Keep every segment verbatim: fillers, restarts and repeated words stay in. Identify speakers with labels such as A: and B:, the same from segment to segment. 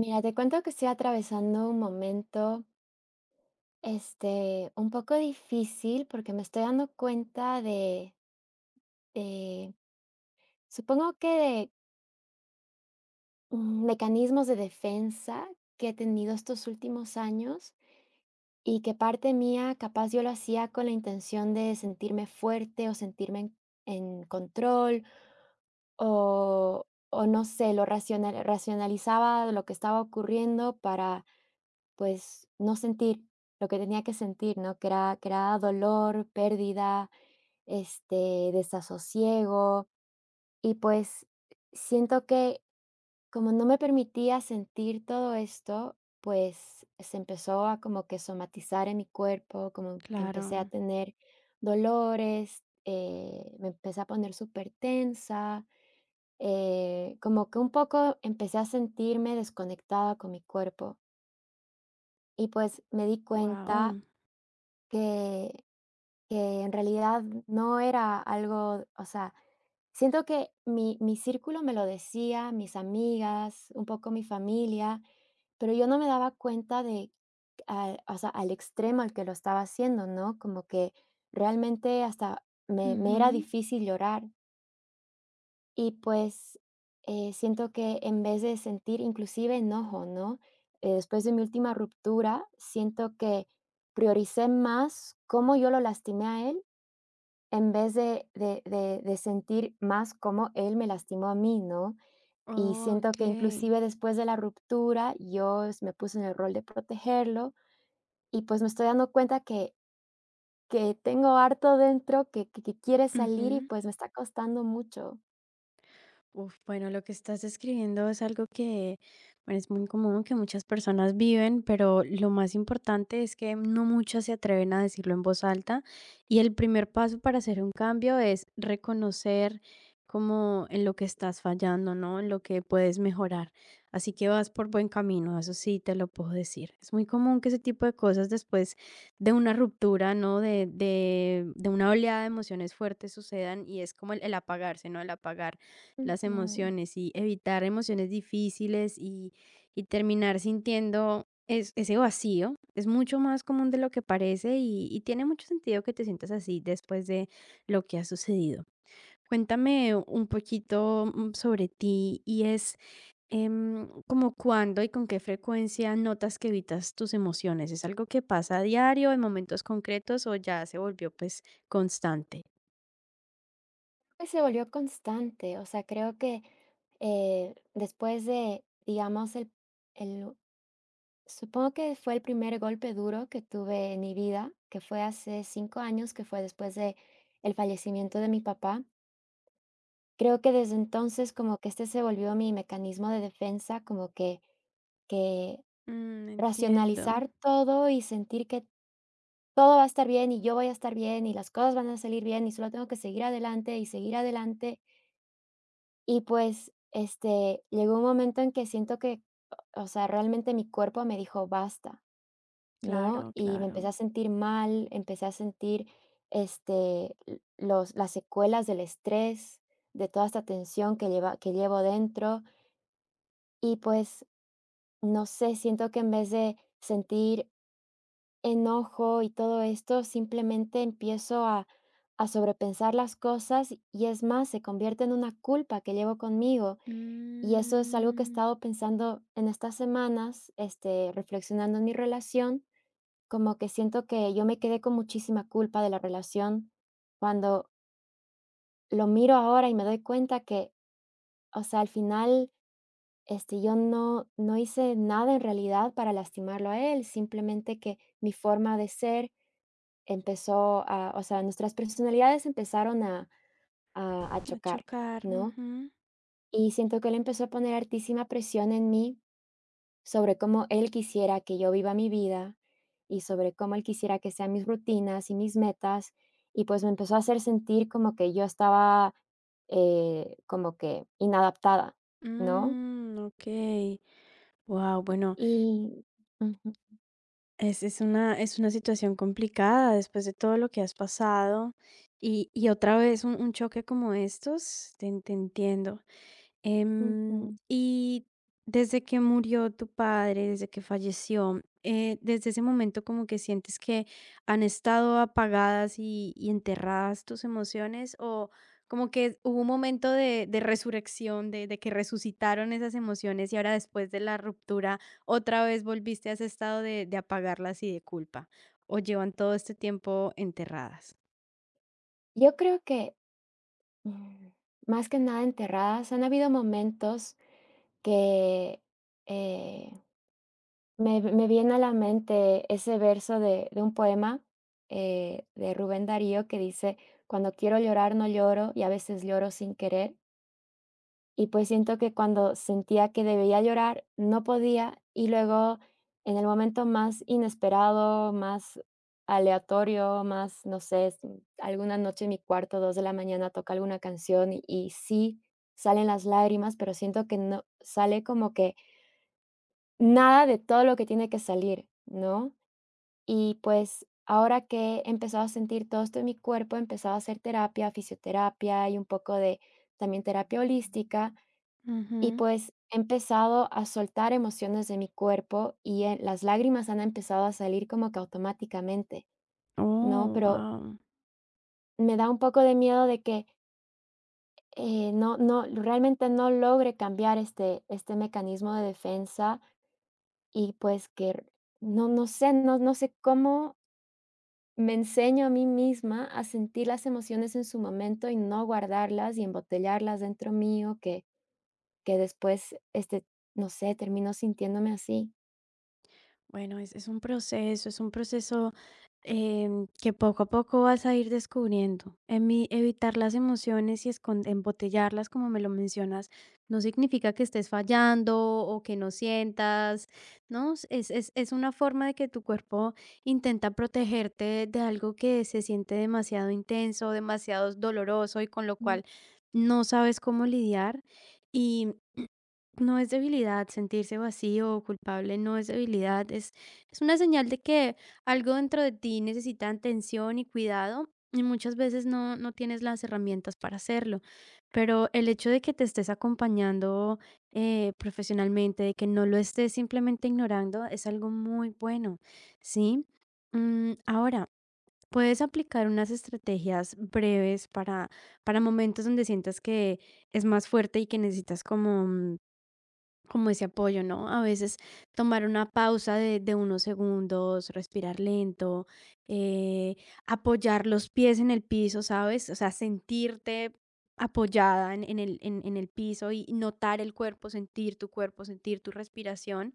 A: Mira, te cuento que estoy atravesando un momento, este, un poco difícil porque me estoy dando cuenta de, de, supongo que de mm, mecanismos de defensa que he tenido estos últimos años, y que parte mía, capaz yo lo hacía con la intención de sentirme fuerte o sentirme en, en control o, o no sé, lo raciona- racionalizaba lo que estaba ocurriendo para. Pues, no sentir lo que tenía que sentir, ¿no? Que era que era dolor, pérdida, este, desasosiego. Y, pues, siento que como no me permitía sentir todo esto, pues, se empezó a como que somatizar en mi cuerpo, como que
B: Claro,
A: empecé a tener dolores, eh, me empecé a poner supertensa, eh, como que un poco empecé a sentirme desconectada con mi cuerpo. Y, pues, me di cuenta
B: wow.
A: Que que en realidad no era algo, o sea, siento que mi mi círculo me lo decía, mis amigas, un poco mi familia, pero yo no me daba cuenta de al, o sea, al extremo al que lo estaba haciendo, ¿no? Como que realmente hasta me me era
B: Ujú.
A: difícil llorar. Y pues, eh, siento que en vez de sentir inclusive enojo, ¿no? Eh, después de mi última ruptura, siento que prioricé más cómo yo lo lastimé a él en vez de de de de sentir más cómo él me lastimó a mí, ¿no? Y
B: Oh,
A: siento que
B: okey.
A: inclusive después de la ruptura, yo s me puse en el rol de protegerlo y, pues, me estoy dando cuenta que que tengo harto dentro que que que quiere salir y,
B: Ujú.
A: pues, me está costando mucho.
B: Uf, bueno, lo que estás describiendo es algo que, bueno, es muy común que muchas personas viven, pero lo más importante es que no muchas se atreven a decirlo en voz alta. Y el primer paso para hacer un cambio es reconocer como en lo que estás fallando, ¿no? En lo que puedes mejorar. Así que vas por buen camino, eso sí te lo puedo decir. Es muy común que ese tipo de cosas después de una ruptura, ¿no? De, de, de una oleada de emociones fuertes sucedan y es como el, el apagarse, ¿no? El apagar las
A: Ujú.
B: emociones y evitar emociones difíciles y, y terminar sintiendo es- ese vacío es mucho más común de lo que parece y, y tiene mucho sentido que te sientas así después de lo que ha sucedido. Cuéntame un poquito mm, sobre ti y es em, como cuándo y con qué frecuencia notas que evitas tus emociones. ¿Es algo que pasa a diario, en momentos concretos o ya se volvió pues constante?
A: Pues se volvió constante, o sea, creo que, eh, después de, digamos, el el supongo que fue el primer golpe duro que tuve en mi vida, que fue hace cinco años, que fue después de el fallecimiento de mi papá. Creo que desde entonces como que este se volvió mi mecanismo de defensa, como que que
B: Mm, entiendo,
A: racionalizar todo y sentir que todo va a estar bien, y yo voy a estar bien, y las cosas van a salir bien, y solo tengo que seguir adelante y seguir adelante. Y pues, este, llegó un momento en que siento que, o sea, realmente mi cuerpo me dijo: "Basta", ¿no?
B: claro,
A: Y me empecé
B: claro.
A: a sentir mal, empecé a sentir, este, l los las secuelas del estrés, de toda esta tensión que lleva que llevo dentro. Y pues, no sé, siento que en vez de sentir enojo y todo esto, simplemente empiezo a a sobrepensar las cosas, y es más, se convierte en una culpa que llevo conmigo. Y eso es algo que he
B: Mm,
A: estado pensando en estas semanas, este, reflexionando en mi relación, como que siento que yo me quedé con muchísima culpa de la relación cuando lo miro ahora y me doy cuenta que, o sea, al final, este, yo no, no hice nada en realidad para lastimarlo a él, simplemente que mi forma de ser empezó a, o sea, nuestras personalidades empezaron a, a, a
B: a
A: chocar,
B: chocar.
A: ¿no?
B: Ujú.
A: Y siento que él empezó a poner altísima presión en mí sobre cómo él quisiera que yo viva mi vida y sobre cómo él quisiera que sean mis rutinas y mis metas, y pues me empezó a hacer sentir como que yo estaba, eh, como que inadaptada, ¿no?
B: Mm, ok. Wow, bueno,
A: Y ujú,
B: es, es una, es una situación complicada después de todo lo que has pasado. Y, y otra vez un, un choque como estos, te te entiendo. Em,
A: ujú.
B: y desde que murió tu padre, desde que falleció, eh, desde ese momento como que sientes que han estado apagadas y, y enterradas tus emociones o como que hubo un momento de, de resurrección, de, de que resucitaron esas emociones y ahora después de la ruptura otra vez volviste a ese estado de, de apagarlas y de culpa o llevan todo este tiempo enterradas.
A: Yo creo que, mm, más que nada enterradas, han habido momentos que, eh. Me me viene a la mente ese verso de de un poema, eh, de Rubén Darío que dice: "Cuando quiero llorar no lloro y a veces lloro sin querer". Y, pues, siento que cuando sentía que debía llorar, no podía, y luego en el momento más inesperado, más aleatorio, más, no sé, s alguna noche en mi cuarto, dos de la mañana, toca alguna canción y y sí salen las lágrimas, pero siento que no sale como que nada de todo lo que tiene que salir, ¿no? Y pues ahora que he empezado a sentir todo esto en mi cuerpo, he empezado a hacer terapia, fisioterapia y un poco de también terapia holística. Y
B: Ujú.
A: pues he empezado a soltar emociones de mi cuerpo y eh, las lágrimas han empezado a salir como que automáticamente, ¿no?
B: Oh,
A: Pero
B: wow.
A: me da un poco de miedo de que eh, no, no, realmente no logre cambiar este, este mecanismo de defensa y pues que no, no sé, no, no sé cómo me enseño a mí misma a sentir las emociones en su momento y no guardarlas y embotellarlas dentro mío, que que después, este, no sé, termino sintiéndome así.
B: Bueno, es, es un proceso, es un proceso em, que poco a poco vas a ir descubriendo. En mí, evitar las emociones y escon- embotellarlas, como me lo mencionas, no significa que estés fallando o que no sientas, ¿no? Es, es, es una forma de que tu cuerpo intenta protegerte de algo que se siente demasiado intenso, demasiado doloroso y con lo
A: Mm,
B: cual no sabes cómo lidiar. No es debilidad, sentirse vacío o culpable no es debilidad, es, es una señal de que algo dentro de ti necesita atención y cuidado y muchas veces no, no tienes las herramientas para hacerlo, pero el hecho de que te estés acompañando eh, profesionalmente, de que no lo estés simplemente ignorando, es algo muy bueno, ¿sí? Mm, ahora, puedes aplicar unas estrategias breves para, para momentos donde sientas que es más fuerte y que necesitas como... mm, como ese apoyo, ¿no? A veces tomar una pausa de, de unos segundos, respirar lento, eh, apoyar los pies en el piso, ¿sabes? O sea, sentirte apoyada en, en el, en en el piso y notar el cuerpo, sentir tu cuerpo, sentir tu respiración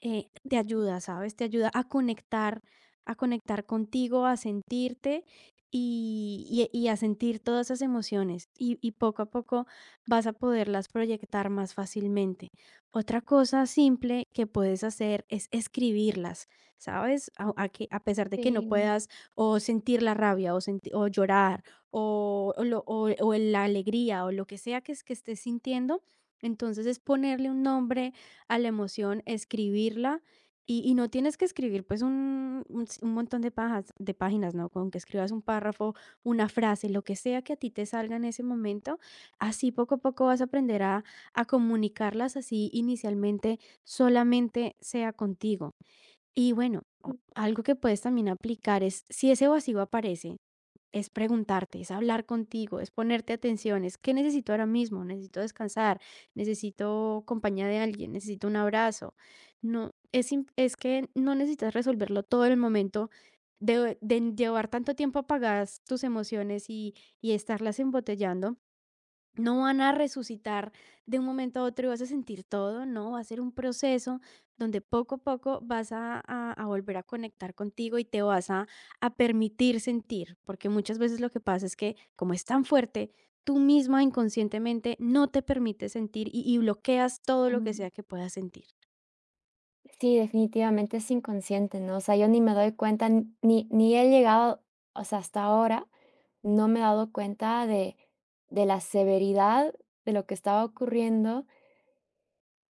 B: eh, te ayuda, ¿sabes? Te ayuda a conectar, a conectar contigo, a sentirte y, y- y a sentir todas esas emociones y, y poco a poco vas a poderlas proyectar más fácilmente. Otra cosa simple que puedes hacer es escribirlas, ¿sabes? A, a que, a pesar de que no
A: sí.
B: puedas o sentir la rabia o, senti- o llorar o, o lo- o- o la alegría o lo que sea que, es- que estés sintiendo, entonces es ponerle un nombre a la emoción, escribirla y, y no tienes que escribir pues un, un s- un montón de, pajas, de páginas, ¿no? Con que escribas un párrafo, una frase, lo que sea que a ti te salga en ese momento, así poco a poco vas a aprender a, a comunicarlas así inicialmente solamente sea contigo. Y bueno, o- algo que puedes también aplicar es si ese vacío aparece, es preguntarte, es hablar contigo, es ponerte atención, es qué necesito ahora mismo, necesito descansar, necesito compañía de alguien, necesito un abrazo. No, es, im- es que no necesitas resolverlo todo en el momento de, de llevar tanto tiempo apagadas tus emociones y, y estarlas embotellando no van a resucitar de un momento a otro y vas a sentir todo, no, va a ser un proceso donde poco a poco vas a, a- a volver a conectar contigo y te vas a, a permitir sentir, porque muchas veces lo que pasa es que como es tan fuerte, tú misma inconscientemente no te permites sentir y, y bloqueas todo lo que
A: Mm,
B: sea que puedas sentir.
A: sí, definitivamente es inconsciente, ¿no? O sea, yo ni me doy cuenta, ni ni ni he llegado, o sea, hasta ahora no me he dado cuenta de de la severidad de lo que estaba ocurriendo.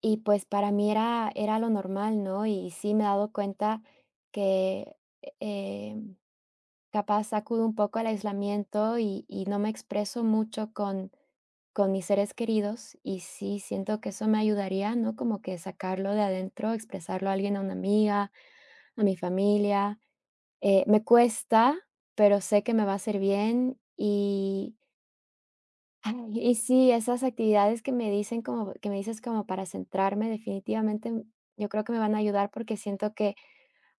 A: Y pues para mí era era lo normal, ¿no? Y sí me he dado cuenta que, eh, capaz acudo un poco al aislamiento y y no me expreso mucho con con mis seres queridos, y sí siento que eso me ayudaría, ¿no? Como que sacarlo de adentro, expresarlo a alguien, a una amiga, a mi familia. Eh, me cuesta, pero sé que me va a hacer bien y ay, y sí, esas actividades que me dicen como que me dices como para centrarme, definitivamente, mm, yo creo que me van a ayudar, porque siento que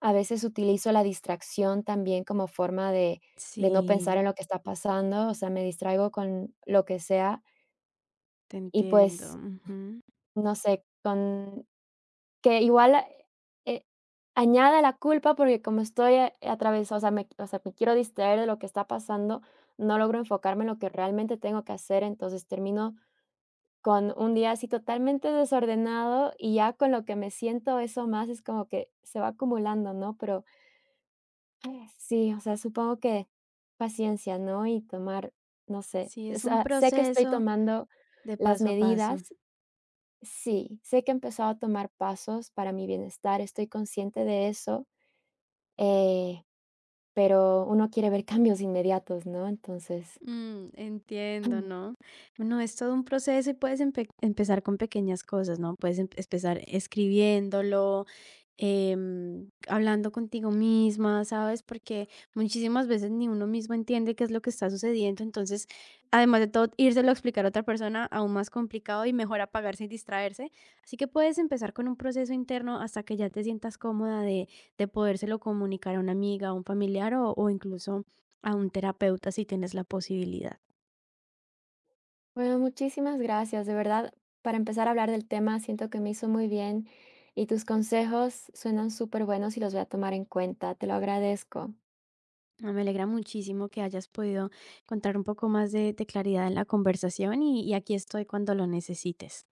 A: a veces utilizo la distracción también como forma de de no pensar
B: Sí,
A: en lo que está pasando, o sea, me distraigo con lo que sea
B: te
A: y,
B: entiendo.
A: pues,
B: Ujú.
A: no sé, con que igual, eh, añade la culpa, porque como estoy a atravesada, o sea, me o sea, me quiero distraer de lo que está pasando, no logro enfocarme en lo que realmente tengo que hacer, entonces termino con un día así totalmente desordenado y ya con lo que me siento eso más es como que se va acumulando, ¿no? Pero sí, o sea, supongo que paciencia, ¿no? Y tomar, no sé,
B: Sí,
A: o
B: es un
A: sea, sé que estoy
B: proceso
A: tomando
B: de
A: las
B: paso a paso.
A: medidas, sí, sé que he empezado a tomar pasos para mi bienestar, estoy consciente de eso, eh, pero uno quiere ver cambios inmediatos, ¿no? Entonces...
B: Mm, entiendo, ¿no? No, es todo un proceso y puedes empe- empezar con pequeñas cosas, ¿no? Puedes em- empezar escribiéndolo, em, hablando contigo misma, ¿sabes? Porque muchísimas veces ni uno mismo entiende qué es lo que está sucediendo. Entonces, además de todo, írselo a explicar a otra persona aún más complicado y mejor apagarse y distraerse. Así que puedes empezar con un proceso interno hasta que ya te sientas cómoda de, de podérselo comunicar a una amiga, a un familiar o, o incluso a un terapeuta si tienes la posibilidad.
A: Bueno, muchísimas gracias. De verdad, para empezar a hablar del tema, siento que me hizo muy bien y tus consejos suenan súper buenos y los voy a tomar en cuenta. Te lo agradezco.
B: Ah, me alegra muchísimo que hayas podido contar un poco más de, de claridad en la conversación y y aquí estoy cuando lo necesites.